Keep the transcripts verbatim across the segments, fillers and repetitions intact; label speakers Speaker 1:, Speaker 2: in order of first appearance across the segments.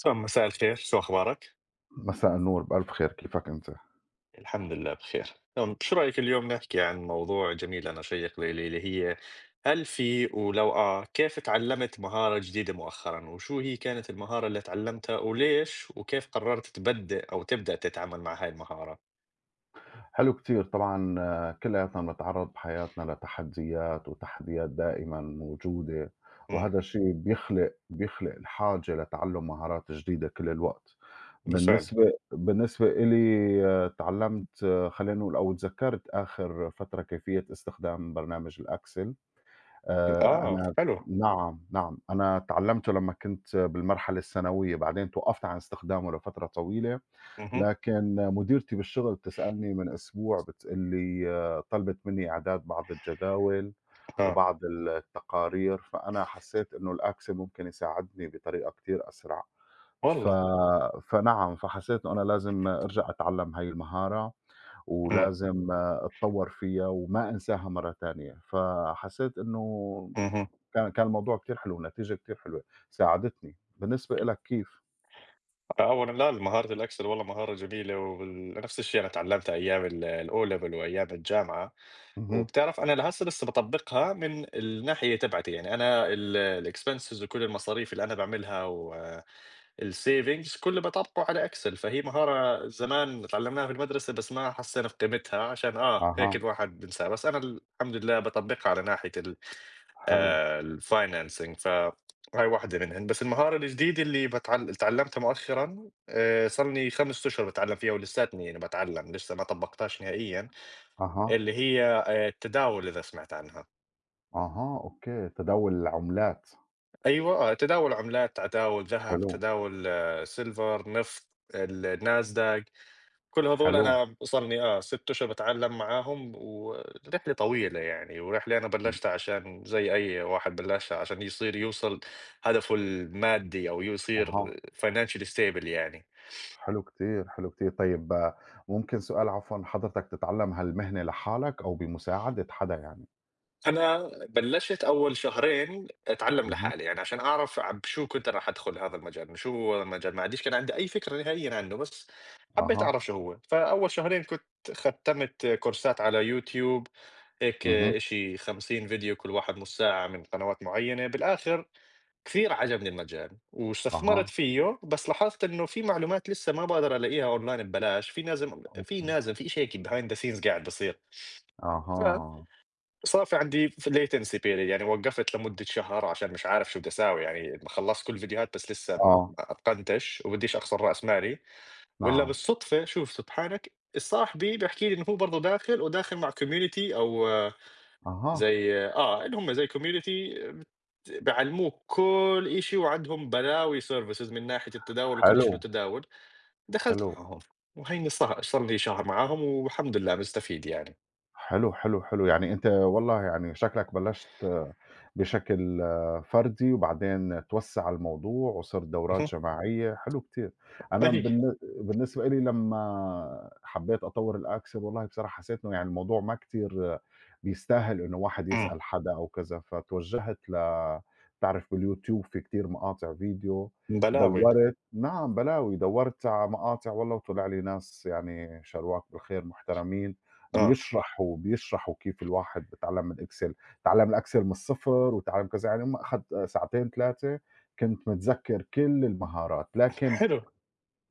Speaker 1: تمام، مساء الخير، شو أخبارك؟
Speaker 2: مساء النور بألف خير، كيفك أنت؟
Speaker 1: الحمد لله بخير. تمام، شو رأيك اليوم نحكي عن موضوع جميل أنا شيق لي اللي هي، هل في ولو آه كيف تعلمت مهارة جديدة مؤخرا، وشو هي كانت المهارة اللي تعلمتها وليش، وكيف قررت تبدأ أو تبدأ تتعامل مع هاي المهارة؟
Speaker 2: حلو كتير طبعًا، آه، كلّياتنا بنتعرّض بحياتنا لتحديات وتحديات دائمًا موجودة،
Speaker 1: امم
Speaker 2: وهذا الشيء بيخلق بيخلق الحاجة لتعلُّم مهارات جديدة كل الوقت.
Speaker 1: بالفعل.
Speaker 2: بالنسبة بالنسبة إلي آه، تعلّمت، آه، خلّينا نقول أو تذكّرت آخر فترة كيفية استخدام برنامج الExcel. آآ،
Speaker 1: آه
Speaker 2: أنا
Speaker 1: حلو.
Speaker 2: نعم، نعم، أنا تعلّمته لمّا كنت بالمرحلة الثانوية، بعدين توقّفت عن استخدامه لفترة طويلة.
Speaker 1: اها.
Speaker 2: لكن مديرتي بالشغل بتسألني من أسبوع، بتقول لي، آه، طلبت مني إعداد بعض الجداول
Speaker 1: آه
Speaker 2: وبعض التقارير، فأنا حسيت إنه الأكسل ممكن يساعدني بطريقة كتير أسرع. ف...
Speaker 1: والله.
Speaker 2: فنعم، فحسيت إنه أنا لازم أرجع أتعلم هاي المهارة،
Speaker 1: امم
Speaker 2: ولازم آه، أتطور فيها وما أنساها مرة تانية. فحسيت إنه
Speaker 1: اها.
Speaker 2: كان كان الموضوع كتير حلو ونتيجة كتير حلوة ساعدتني. بالنسبة إلك كيف؟
Speaker 1: اولا، لا مهاره الاكسل والله مهاره جميله، ونفس الشيء انا تعلمتها ايام الاو ليفل وايام الجامعه.
Speaker 2: مهم.
Speaker 1: وبتعرف أنا لهسه لسه باطبّقها من الناحية تبعتي، يعني أنا ال الexpenses وكل المصاريف اللي أنا باعملها والsavings كله باطبّقه على Excel. فهي مهارة زمان اتعلمناها في المدرسة، بس ما حسّينا بقيمتها، عشان آه، هيك
Speaker 2: أها،
Speaker 1: الواحد بينساها، بس أنا الحمد لله باطبّقها على ناحية ال،
Speaker 2: حلو.
Speaker 1: آآ الfinancing، فهاي واحدة منهن. بس المهارة الجديدة اللي باتعل اتعلّمتها مؤخرًا، آآ صار لي خمس أشهر باتعلّم فيها ولساتني يعني باتعلّم، لسه ما طبّقتهاش نهائيًا.
Speaker 2: أها.
Speaker 1: اللي هي آآ التداول إذا سمعت عنها.
Speaker 2: أها، أوكي، تداول العملات.
Speaker 1: أيوه، آه، تداول عملات، تداول ذهب،
Speaker 2: حلو.
Speaker 1: تداول silver، نفط، الNASDAQ، كل هذول
Speaker 2: حلو.
Speaker 1: أنا صار لي آه ستة أشهر باتعلم معاهم، ورحلة طويلة يعني، ورحلة أنا
Speaker 2: إمم.
Speaker 1: بلشتها عشان زي أي واحد بلشها عشان يصير يوصل هدفه المادي أو يصير
Speaker 2: أها.
Speaker 1: financially stable يعني.
Speaker 2: حلو كتير، حلو كتير. طيب، آه، ممكن سؤال، عفوًا حضرتك تتعلم هالمهنة لحالك أو بمساعدة حدا يعني؟
Speaker 1: أنا بلّشت أول شهرين أتعلّم
Speaker 2: اهم.
Speaker 1: لحالي، يعني عشان أعرف عب شو كنت أنا راح أدخل هذا المجال، شو هو المجال، ما عنديش، كان عندي أي فكرة نهائيًا عنه، بس حبّيت
Speaker 2: أها.
Speaker 1: أعرف شو هو. فأول شهرين كنت ختّمت كورسات على يوتيوب، هيك
Speaker 2: اهم.
Speaker 1: إشي خمسين فيديو كل واحد نُص ساعة من قنوات معيّنة. بالآخر كثير عجبني المجال واستثمرت
Speaker 2: أها.
Speaker 1: فيه، بس لاحظت إنه في معلومات لسّه ما باقدر ألاقيها أونلاين ببلاش، في نازم في
Speaker 2: أوك.
Speaker 1: نازم في إشي هيك behind the scenes قاعد بيصير. ف
Speaker 2: أها.
Speaker 1: صار في عندي ف latency period، يعني وقّفت لمدة شهر عشان مش عارف شو بدي أساوي، يعني خلّصت كل الفيديوهات بس لسه م ما
Speaker 2: آه.
Speaker 1: أتقنتش، وبديش أخسر رأس مالي. والّا
Speaker 2: نعم.
Speaker 1: بالصدفة، شوف سبحانك، صاحبي بيحكي لي إنه هو برضه داخل وداخل مع community، أو آه،
Speaker 2: أها.
Speaker 1: زي آه، اللي هم زي community بت بيعلموك كل إشي، وعندهم بلاوي services من ناحية التداول وكل إشي
Speaker 2: حلو.
Speaker 1: له تداول. دخلت
Speaker 2: حلو.
Speaker 1: معاهم، وهيني صا صار لي شهر معاهم والحمد لله مستفيد يعني.
Speaker 2: حلو، حلو، حلو. يعني أنت والله يعني شكلك بلّشت، آه، بشكل آه، فردي، وبعدين توسّع الموضوع وصِرت دورات
Speaker 1: اهم.
Speaker 2: جماعية. حلو كتير.
Speaker 1: ما
Speaker 2: أنا
Speaker 1: هي.
Speaker 2: بالن بالنسبة إلي لمّا حبّيت أطوّر الAccess، والله بصراحة حسّيت إنه يعني الموضوع ما كتير آه، بيستاهل إنه واحد
Speaker 1: إمم.
Speaker 2: يسأل حدا أو كذا، فتوجّهت ل، بتعرف بالYouTube في كتير مقاطع فيديو.
Speaker 1: بلاوي.
Speaker 2: دوّرت، نعم بلاوي، دوّرت على مقاطع والله وطلع لي ناس يعني شارواك بالخير محترمين.
Speaker 1: آه.
Speaker 2: بيشرح وبيشرحوا كيف الواحد بيتعلّم الExcel، اتعلّم الExcel من الصفر، واتعلّم كذا، يعني هم أخَذ ساعتين ثلاثة كنت متذكّر كل المهارات، لكن
Speaker 1: حلو.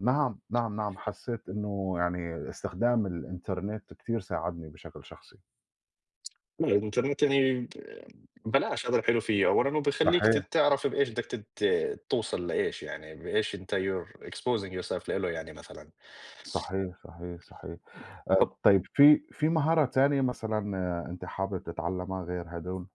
Speaker 2: نعم، نعم، نعم، حسّيت إنه يعني استخدام الإنترنت كتير ساعدني بشكل شخصي.
Speaker 1: لا الإنترنت يعني بلاش، هذا الحلو فيه، أولًا هو بيخلّيك ت
Speaker 2: صحيح،
Speaker 1: تعرف بإيش بدك تت توصل لإيش، يعني بإيش أنت you're exposing yourself لإله يعني مثلًا.
Speaker 2: صحيح، صحيح، صحيح. آآ
Speaker 1: طب
Speaker 2: طيب، في في مهارة تانية مثلًا، آه، أنتِ حابب تتعلّمها غير هادول؟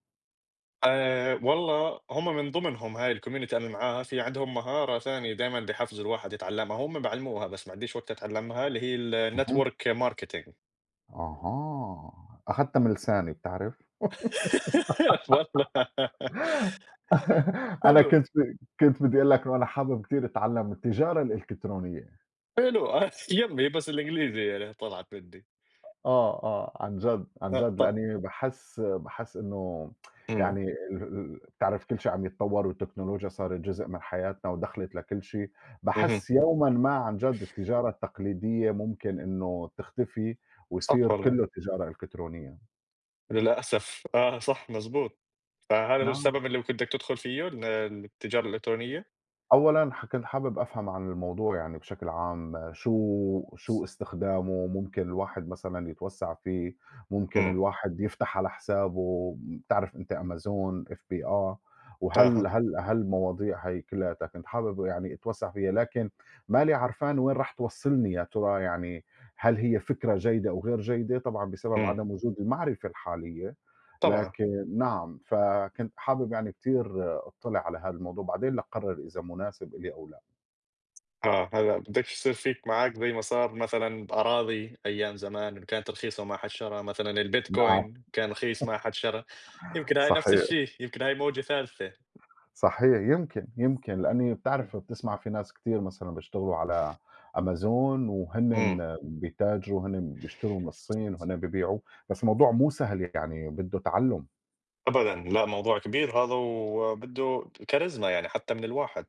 Speaker 1: آآ والله، هم من ضمنهم هاي الcommunity أنا معاها، في عندهم مهارة ثانية دايمًا بيحفزوا الواحد يتعلمها، هم بيعلموها بس ما عنديش وقت أتعلمها، اللي هي
Speaker 2: اهم.
Speaker 1: الnetwork marketing.
Speaker 2: أها، أخدتها من لساني بتعرف؟
Speaker 1: والله.
Speaker 2: أنا
Speaker 1: حلو،
Speaker 2: كنت كنت بدي أقول لك إنه أنا حابب كتير أتعلّم التجارة الإلكترونية.
Speaker 1: حلو. آه يمي، بس الإنجليزي يعني طلعت مني.
Speaker 2: آه، آه، عن جد، عن
Speaker 1: آه
Speaker 2: جد،
Speaker 1: طب.
Speaker 2: لإنّي باحس باحس إنه
Speaker 1: إمم.
Speaker 2: يعني، ال ال بتعرف كل شي عم يتطوّر، والتكنولوجيا صارت جزء من حياتنا ودخلت لكل شي.
Speaker 1: اهم.
Speaker 2: باحس يومًا ما، عن جد، التجارة التقليدية ممكن إنه تختفي
Speaker 1: صح
Speaker 2: ويصير
Speaker 1: والله.
Speaker 2: كلّه تجارة إلكترونية.
Speaker 1: للأسف آه، صح مضبوط. فهل هو
Speaker 2: نعم.
Speaker 1: السبب اللي بيخلّيك تدخل فيه ال التجارة الإلكترونية؟
Speaker 2: أولًا ح كنت حابب أفهم عن الموضوع يعني بشكل عام، شو شو استخدامه، ممكن الواحد مثلًا يتوسّع فيه، ممكن
Speaker 1: إمم.
Speaker 2: الواحد يفتح على حسابه، بتعرف أنت Amazon، إف بي آر، وهال
Speaker 1: أها.
Speaker 2: هال هالمواضيع هي كلّياتها كنت حابب يعني أتوسّع فيها، لكن مالي عرفان وين راح توصّلني يا ترى يعني. هل هي فكرة جيدة أو غير جيدة؟ طبعًا بسبب
Speaker 1: إمم.
Speaker 2: عدم وجود المعرفة الحالية.
Speaker 1: طبعًا.
Speaker 2: لكن نعم، فكنت حابب يعني كتير أطّلع على هذا الموضوع، بعدين لأقرّر إذا مناسب إلي أو لأ.
Speaker 1: آه، هلأ بدكش يصير فيك معاك زي ما صار مثلًا أراضي أيام زمان كانت رخيصة وما حد شرا، مثلًا
Speaker 2: نعم.
Speaker 1: البيتكوين كان رخيص ما حد شرا، يمكن هاي نفس
Speaker 2: صحيح،
Speaker 1: الشي، يمكن هاي موجة ثالثة.
Speaker 2: صحيح، يمكن، يمكن، لأني
Speaker 1: إمم.
Speaker 2: بتعرف بتسمع في ناس كتير مثلًا بيشتغلوا على أمازون
Speaker 1: إمم.
Speaker 2: وهنن بيتاجروا، هنن بيشتروا من الصين وهنن بيبيعوا، بس الموضوع مو سهل يعني، بده تعلُّم.
Speaker 1: أبدًا، لأ موضوع كبير هذا وبده كاريزما يعني حتى من الواحد.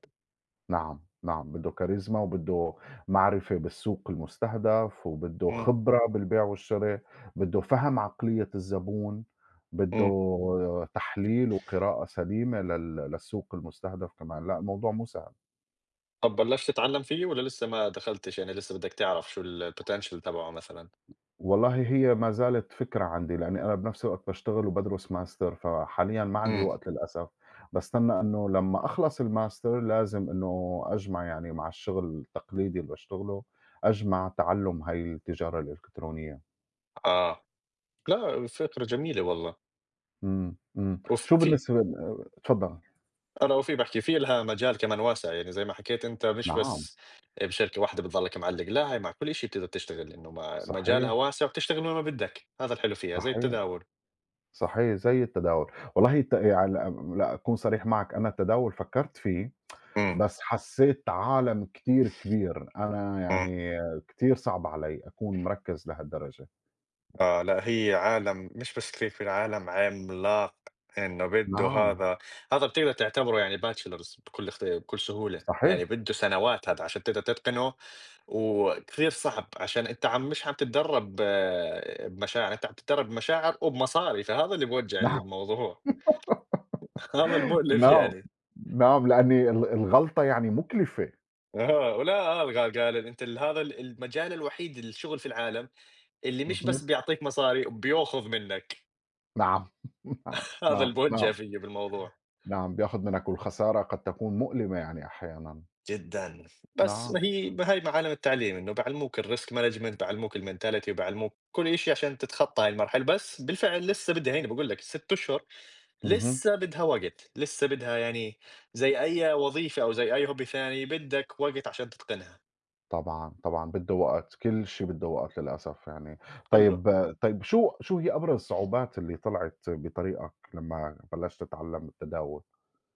Speaker 2: نعم، نعم، بده كاريزما، وبده معرفة بالسوق المستهدف، وبده
Speaker 1: إمم.
Speaker 2: خبرة بالبيع والشراء، بده فهم عقلية الزبون، بده
Speaker 1: إمم.
Speaker 2: تحليل وقراءة سليمة لل للسوق المستهدف كمان. لأ، الموضوع مو سهل.
Speaker 1: طب بلّشت تتعلّم فيه والّا لسه ما دخلتش، يعني لسه بدّك تعرف شو ال الpotential تبعه مثلًا؟
Speaker 2: والله هي ما زالت فكرة عندي، لأني أنا بنفس الوقت باشتغل وبادرس ماستر، فحاليًا ما عندي
Speaker 1: إمم.
Speaker 2: وقت للأسف. باستنى إنه لمّا أخلص الماستر لازم إنه أجمع يعني مع الشغل التقليدي اللي باشتغله، أجمع تعلُّم هاي التجارة الإلكترونية.
Speaker 1: آه، لأ فكرة جميلة والله.
Speaker 2: إمم، إمم.
Speaker 1: وف
Speaker 2: شو
Speaker 1: في
Speaker 2: بالنسبة ل، اتفضل.
Speaker 1: أنا وفي باحكي، في لها مجال كمان واسع، يعني زي ما حكيت أنت، مش
Speaker 2: نعم،
Speaker 1: بس بشركة واحدة بتضلّك معلّق، لا هي مع كل شي بتقدر تشتغل، إنه ما مجالها
Speaker 2: صحيح،
Speaker 1: واسع وبتشتغل وين ما بدّك، هذا الحلو فيها زي
Speaker 2: صحيح،
Speaker 1: التداول.
Speaker 2: صحيح، زي التداول. والله الت يعني، لأ أكون صريح معك، أنا التداول فكّرت فيه،
Speaker 1: إمم.
Speaker 2: بس حسّيت عالم كتير كبير، أنا
Speaker 1: إمم.
Speaker 2: يعني كتير صعب علي أكون مركّز لهالدرجة.
Speaker 1: آه لا هي عالم مش بس كريكبي، عالم عملاق، انه بده
Speaker 2: نعم.
Speaker 1: هذا هذا بتقدر تعتبره يعني باتشلرز بكل اخت- بكل سهولة،
Speaker 2: صحيح.
Speaker 1: يعني بده سنوات هذا عشان تقدر تتقنه، وكثير صعب عشان انت عم مش عم تتدرب آه، بمشاعر، انت عم تتدرب بمشاعر وبمصاري، فهذا اللي بوجع اللي
Speaker 2: نعم،
Speaker 1: بموضوع. هذا المؤلم
Speaker 2: نعم،
Speaker 1: يعني.
Speaker 2: نعم، لأني ال الغلطة يعني مُكلفة.
Speaker 1: اه، ولا الغى، قال قال انت ال- هذا ال- المجال الوحيد الشغل في العالم اللي مش
Speaker 2: اهم.
Speaker 1: بس بيعطيك مصاري وبياخذ منك.
Speaker 2: نعم. نعم،
Speaker 1: هذا
Speaker 2: نعم،
Speaker 1: اللي بوجع
Speaker 2: نعم،
Speaker 1: فيه بالموضوع.
Speaker 2: نعم، بياخُد منّك، والخسارة قد تكون مؤلمة يعني أحيانًا.
Speaker 1: جدًا. بس
Speaker 2: نعم.
Speaker 1: ما هي ب هاي معالم التعليم، إنه بيعلموك الrisk management، بيعلموك الmentality، وبيعلموك كل شي عشان تتخطى هاي المرحلة. بس بالفعل لسه بدها، هيني باقول لك ال6 أشهر
Speaker 2: اهم.
Speaker 1: لسه بدها وقت، لسه بدها يعني زي أي وظيفة أو زي أي hobby ثاني، بدك وقت عشان تتقنها.
Speaker 2: طبعًا، طبعًا بده وقت، كل شي بده وقت للأسف يعني.
Speaker 1: كله.
Speaker 2: طيب، طيب شو شو هي أبرز الصعوبات اللي طلعت بطريقك لمّا بلشت تتعلم التداول؟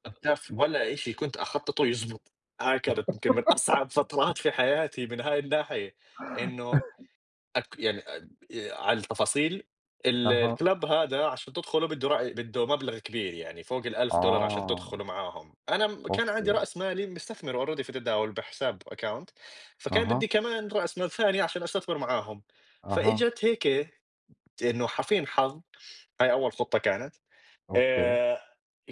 Speaker 1: بتعرف ولا إشي كنت أخططه يزبط، هاي كانت يمكن من أصعب فترات في حياتي من هاي الناحية. إنه أك يعني أ آآ على التفاصيل، ال
Speaker 2: أها.
Speaker 1: الclub هذا عشان تدخله بده رأي، بده مبلغ كبير يعني فوق ال ألف دولار عشان
Speaker 2: آه.
Speaker 1: تدخله معاهم. أنا م كان
Speaker 2: أوكي.
Speaker 1: عندي رأس مالي مستثمر already في التداول بحساب account، فكان بدي
Speaker 2: أها.
Speaker 1: كمان رأس مال ثاني عشان أستثمر معاهم.
Speaker 2: أها.
Speaker 1: فإجت هيك إنه حفين حظ، هاي أول خطة كانت.
Speaker 2: أوكي.
Speaker 1: آآ،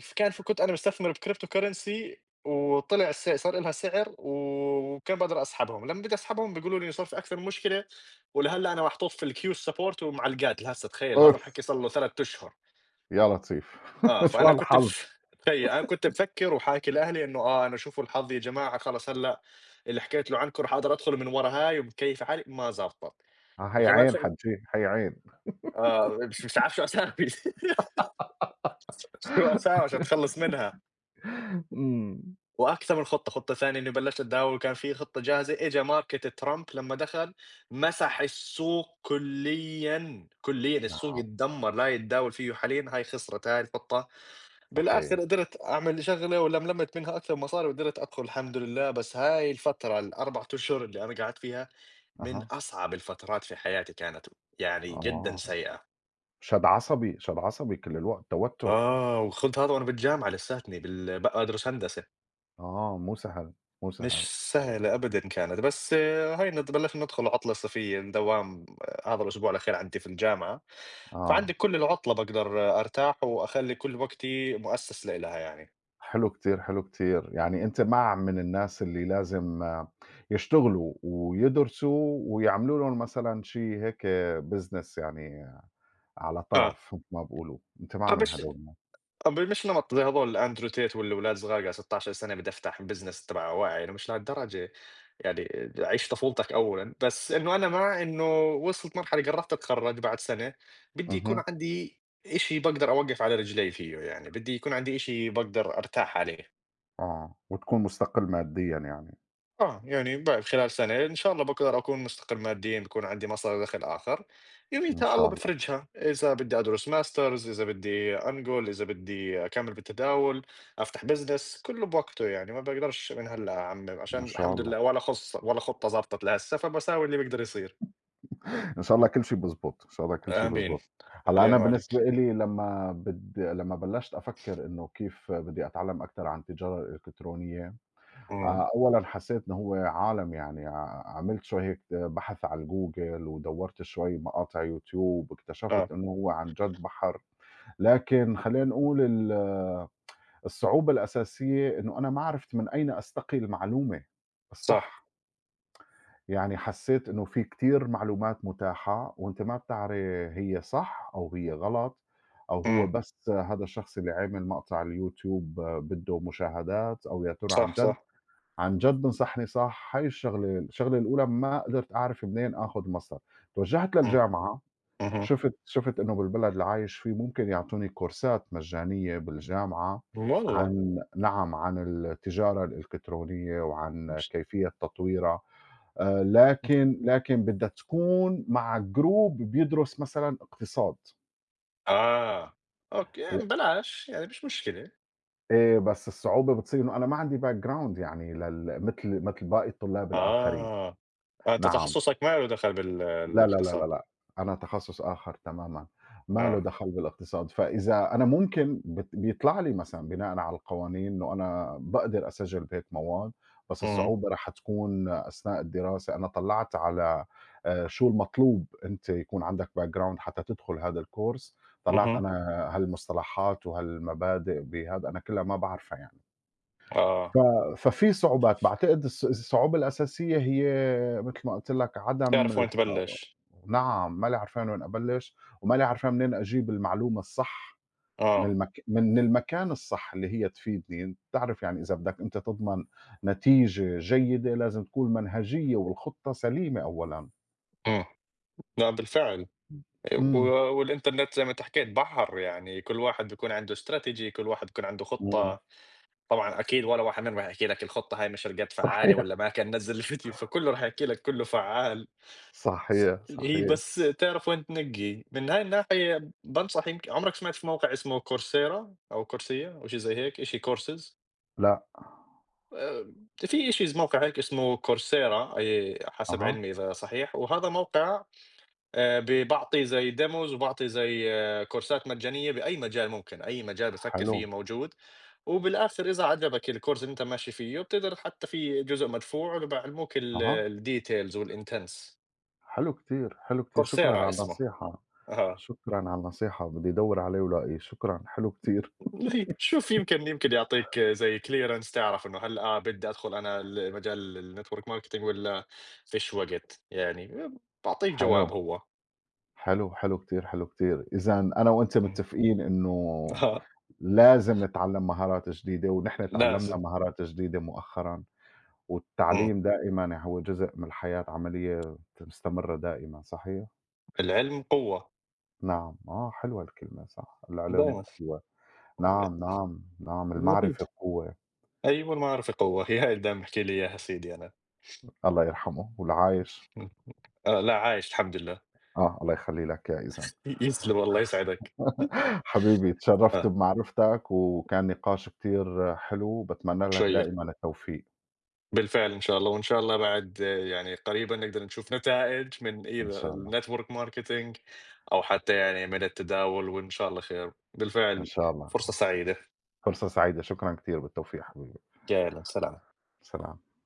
Speaker 1: ف كان في كنت أنا مستثمر بcrypto currency، وطلع الس صار إلها سعر وكان باقدر أسحبهم. لمّا بدي أسحبهم بيقولوا لي صار في أكثر من مشكلة، ولهلّا أنا محطوط في الqueue الsupport ومعلقات لهسه، تخيّل هذا
Speaker 2: أوف!
Speaker 1: الحكي صار له ثلاثة أشهر.
Speaker 2: يا لطيف
Speaker 1: آه.
Speaker 2: شو
Speaker 1: فأنا كنت
Speaker 2: هالحظ!
Speaker 1: ف تخيّل، أنا كنت مفكّر وحاكي لأهلي إنه آه أنا شوفوا الحظ يا جماعة، خلص هلّأ اللي حكيت له عنكم راح أقدر أدخل من ورا هاي ومكيّف حالي، ما زبطت.
Speaker 2: هي
Speaker 1: وكمان
Speaker 2: عين
Speaker 1: شغل
Speaker 2: حجّي، هي عين.
Speaker 1: آه، مش مش عارف شو أساوي. شو أساوي عشان أتخلّص منها.
Speaker 2: إمم.
Speaker 1: وأكثر من خطة، خطة ثانية إني بلشت أتداول وكان في خطة جاهزة، إجا market ترامب لمّا دخل مسح السوق كليًا، كليًا السوق
Speaker 2: نعم.
Speaker 1: اتدمر لا يتداول فيه حاليًا، هاي خسرت هاي الخطة.
Speaker 2: صحيح.
Speaker 1: بالآخر قدرت أعمل شغلة ولملمت منها أكثر مصاري وقدرت أدخل الحمد لله. بس هاي الفترة ال4 أشهر اللي أنا قعدت فيها من
Speaker 2: أها.
Speaker 1: أصعب الفترات في حياتي كانت، يعني جدًا
Speaker 2: آه.
Speaker 1: سيئة.
Speaker 2: شد عصبي، شد عصبي كل الوقت، توتر.
Speaker 1: آه، وخُض هذا وأنا بالجامعة لساتني بال بادرس هندسة.
Speaker 2: آه، مو سهل، مو سهل.
Speaker 1: مش سهلة أبدًا كانت. بس آه، هاي ند بلشنا ندخل عطلة صيفية، الدوام آه، هذا الأسبوع الأخير عندي في الجامعة،
Speaker 2: آه.
Speaker 1: فعندي كل العطلة باقدر أرتاح وأخلّي كل وقتي مؤسس لإلها يعني.
Speaker 2: حلو كتير، حلو كتير، يعني أنت مع من الناس اللي لازم آه، يشتغلوا ويدرسوا ويعملوا لهم مثلًا شي هيك business يعني، آه، على
Speaker 1: آه،
Speaker 2: طرف مثل ما بيقولوا، أنت مع من
Speaker 1: فمش
Speaker 2: هدول الناس.
Speaker 1: أب مش نمط زي هاذول أندرو تيت، والّا أولاد صغار قاعد ستاشر سنة بدي أفتح بزنس تبع واعي. أنا مش لهالدرجة، يعني عيش طفولتك أولًا. بس إنه أنا مع إنه وصلت مرحلة قرّبت أتخرّج بعد سنة، بدي يكون
Speaker 2: اهم.
Speaker 1: عندي إشي باقدر أوقّف على رجلي فيه يعني، بدي يكون عندي إشي باقدر أرتاح عليه.
Speaker 2: آه، وتكون مستقل ماديًا يعني.
Speaker 1: آه، يعني بعد خلال سنة إن شاء الله باقدر أكون مستقل ماديًا، بيكون عندي مصدر دخل آخر،
Speaker 2: إن
Speaker 1: يوميتها الله
Speaker 2: شاء الله.
Speaker 1: بافرجها، إذا بدي أدرس ماسترز، إذا بدي أنقل، إذا بدي أكمل بالتداول، أفتح بزنس، كله بوقته يعني. ما باقدرش من هلأ أعمم، عشان
Speaker 2: إن شاء
Speaker 1: الحمد
Speaker 2: الله.
Speaker 1: لله ولا خص ولا خطة زبطت لهسه، فباساوي اللي بيقدر يصير.
Speaker 2: إن شاء الله
Speaker 1: إمم.
Speaker 2: كل شي بيزبط، إن شاء الله كل شي
Speaker 1: آمين.
Speaker 2: بيزبط. هلأ أنا
Speaker 1: علينا وعليك.
Speaker 2: بالنسبة إلي لمّا بد لمّا بلشت أفكّر إنه كيف بدي أتعلّم أكتر عن التجارة الإلكترونية،
Speaker 1: إمم.
Speaker 2: آآ أولًا حسيت إن هو عالم، يعني ع عملت شوية هيك بحث على الجوجل، ودوّرت شوية مقاطع يوتيوب،
Speaker 1: آه.
Speaker 2: اكتشفت إنه هو عن جد بحر. لكن خلّينا نقول ال الصعوبة الأساسية إنه أنا ما عرفت من أين أستقي المعلومة
Speaker 1: صح.
Speaker 2: الصح. يعني حسيت إنه في كتير معلومات متاحة، وأنت ما بتعرف هي صح أو هي غلط، أو
Speaker 1: إمم.
Speaker 2: هو بس هذا الشخص اللي عامل مقطع اليوتيوب آه، بده مشاهدات، أو يا ترى عن
Speaker 1: صح،
Speaker 2: جد،
Speaker 1: صح.
Speaker 2: عن جد نصحني صح. هاي الشغلة، الشغلة الأولى ما قدرت أعرف منين آخُد مصدر. توجّهت
Speaker 1: إمم.
Speaker 2: للجامعة،
Speaker 1: اهم.
Speaker 2: شُفت شُفت إنه بالبلد اللي عايش فيه ممكن يعطوني كورسات مجانية بالجامعة
Speaker 1: والله!
Speaker 2: عن، نعم، عن التجارة الإلكترونية وعن
Speaker 1: مش-
Speaker 2: كيفية تطويرها. آآ لكن لكن بدّا تكون مع جروب بيدرس مثلًا اقتصاد،
Speaker 1: آه، أوكي،
Speaker 2: و،
Speaker 1: يعني بلاش يعني مش مشكلة.
Speaker 2: إيه، بس الصعوبة بتصير إنه أنا ما عندي background يعني لل مثل، مثل باقي الطلاب الآخرين.
Speaker 1: آه. آه، أنت
Speaker 2: نعم.
Speaker 1: تخصصك ما له دخل بال
Speaker 2: لا، لا، لا، لا،
Speaker 1: الاقتصاد.
Speaker 2: لأ، أنا تخصُّص آخر تمامًا، ما له
Speaker 1: آه.
Speaker 2: دخل بالاقتصاد، فإذا أنا ممكن بت بيطلع لي مثلًا، بناءً على القوانين إنه أنا باقدر أسجّل بهيك مواد، بس
Speaker 1: اهم.
Speaker 2: الصعوبة رح تكون أثناء الدراسة. أنا طلّعت على، آآ شو المطلوب، أنت يكون عندك background حتى تدخُل هذا الcourse. طلّعت
Speaker 1: اهم.
Speaker 2: أنا هالمصطلحات وهالمبادئ بهذا أنا كلّها ما باعرفها يعني.
Speaker 1: آه.
Speaker 2: ف ففي صعوبات. باعتقد الص الصعوبة الأساسية هي متل ما قُلت لك، عدم
Speaker 1: تعرف وين
Speaker 2: الح
Speaker 1: تبلّش.
Speaker 2: نعم مالي عرفان وين أبلّش، ومالي عرفان منين أجيب المعلومة الصح من
Speaker 1: آه.
Speaker 2: المك من المكان الصح اللي هي تفيدني. بتعرف يعني إذا بدك أنت تضمن نتيجة جيدة لازم تكون المنهجية والخطة سليمة أولًا.
Speaker 1: إمم. لأ بالفعل. و
Speaker 2: إمم،
Speaker 1: والإنترنت زي ما أنت حكيت بحر يعني، كل واحد بيكون عنده استراتيجي، كل واحد بيكون عنده
Speaker 2: إمم.
Speaker 1: خطة. طبعًا أكيد ولا واحد منهم راح يحكي لك الخطة هاي مش قد فعّالة،
Speaker 2: صحيح،
Speaker 1: والّا ما كان نزّل الفيديو، فكله راح يحكي لك كله فعّال.
Speaker 2: صحيح،
Speaker 1: هي
Speaker 2: صحيح.
Speaker 1: بس تعرف وين تنقّي. من هاي الناحية بانصح، يمكن عمرك سمعت في موقع اسمه coursera أو coursea أو شي زي هيك، شي courses؟
Speaker 2: لأ.
Speaker 1: آآ في issues موقع هيك اسمه coursera، آآ حسب
Speaker 2: أها.
Speaker 1: علمي إذا صحيح، وهذا موقع آآ ب بيعطي زي demos وبيعطي زي آه، كورسات مجانية بأي مجال ممكن، أي مجال بتفكر
Speaker 2: حلو.
Speaker 1: فيه موجود. وبالآخر إذا عجبك الcourse اللي أنت ماشي فيه بتقدر، حتى في جزء مدفوع وبيعلموك
Speaker 2: أها.
Speaker 1: ال الdetails والintents.
Speaker 2: حلو كتير، حلو كتير، شكرًا
Speaker 1: coursera
Speaker 2: على
Speaker 1: اسمه.
Speaker 2: النصيحة.
Speaker 1: أها.
Speaker 2: شكرًا على النصيحة، بدي أدوّر عليه ولاقيه، شكرًا، حلو كتير،
Speaker 1: اللي شوف، يمكن يمكن يعطيك زي clearance، تعرف إنه هل آه بدي أدخل أنا ال مجال الnetwork marketing والّا فيش وقت، يعني بيعطيك
Speaker 2: حلو،
Speaker 1: جواب هو.
Speaker 2: حلو، حلو كتير، حلو كتير. إذًا أنا وأنت
Speaker 1: إمم.
Speaker 2: متّفقين إنه
Speaker 1: آه.
Speaker 2: لازم نتعلّم مهارات جديدة، ونحن تعلّمنا
Speaker 1: لازم.
Speaker 2: مهارات جديدة مؤخرًا،
Speaker 1: إمم.
Speaker 2: والتعليم دائمًا هو جزء من الحياة، عملية مستمرة دائمًا، صحيح؟
Speaker 1: العلم قوة
Speaker 2: نعم، آه حلوة الكلمة، صح، العلم
Speaker 1: دايمًا.
Speaker 2: قوة. نعم، نعم، نعم،
Speaker 1: مفيد.
Speaker 2: المعرفة قوة.
Speaker 1: أيوه المعرفة قوة، هي هاي اللي دايمًا باحكي لي إياها سيدي أنا.
Speaker 2: الله يرحمه والعايش.
Speaker 1: إمم. آه، لأ عايش الحمد لله.
Speaker 2: آه، الله يخلّي لك إياه إذًا.
Speaker 1: ي يسلم الله يسعدك.
Speaker 2: حبيبي، اتشرّفت
Speaker 1: آه.
Speaker 2: بمعرفتك، وكان نقاش كتير حلو، باتمنى لك
Speaker 1: شيّق.
Speaker 2: دائمًا التوفيق،
Speaker 1: بالفعل إن شاء الله، وإن شاء الله بعد آه، يعني قريبًا نقدر نشوف نتائج من
Speaker 2: إن
Speaker 1: either
Speaker 2: شاء الله.
Speaker 1: الnetwork marketing أو حتى يعني من التداول، وإن شاء الله خير.
Speaker 2: إن
Speaker 1: بالفعل
Speaker 2: شاء الله.
Speaker 1: فرصة سعيدة.
Speaker 2: فرصة سعيدة، شكرًا كتير، بالتوفيق حبيبي،
Speaker 1: يا أهلًا، سلام.
Speaker 2: سلام.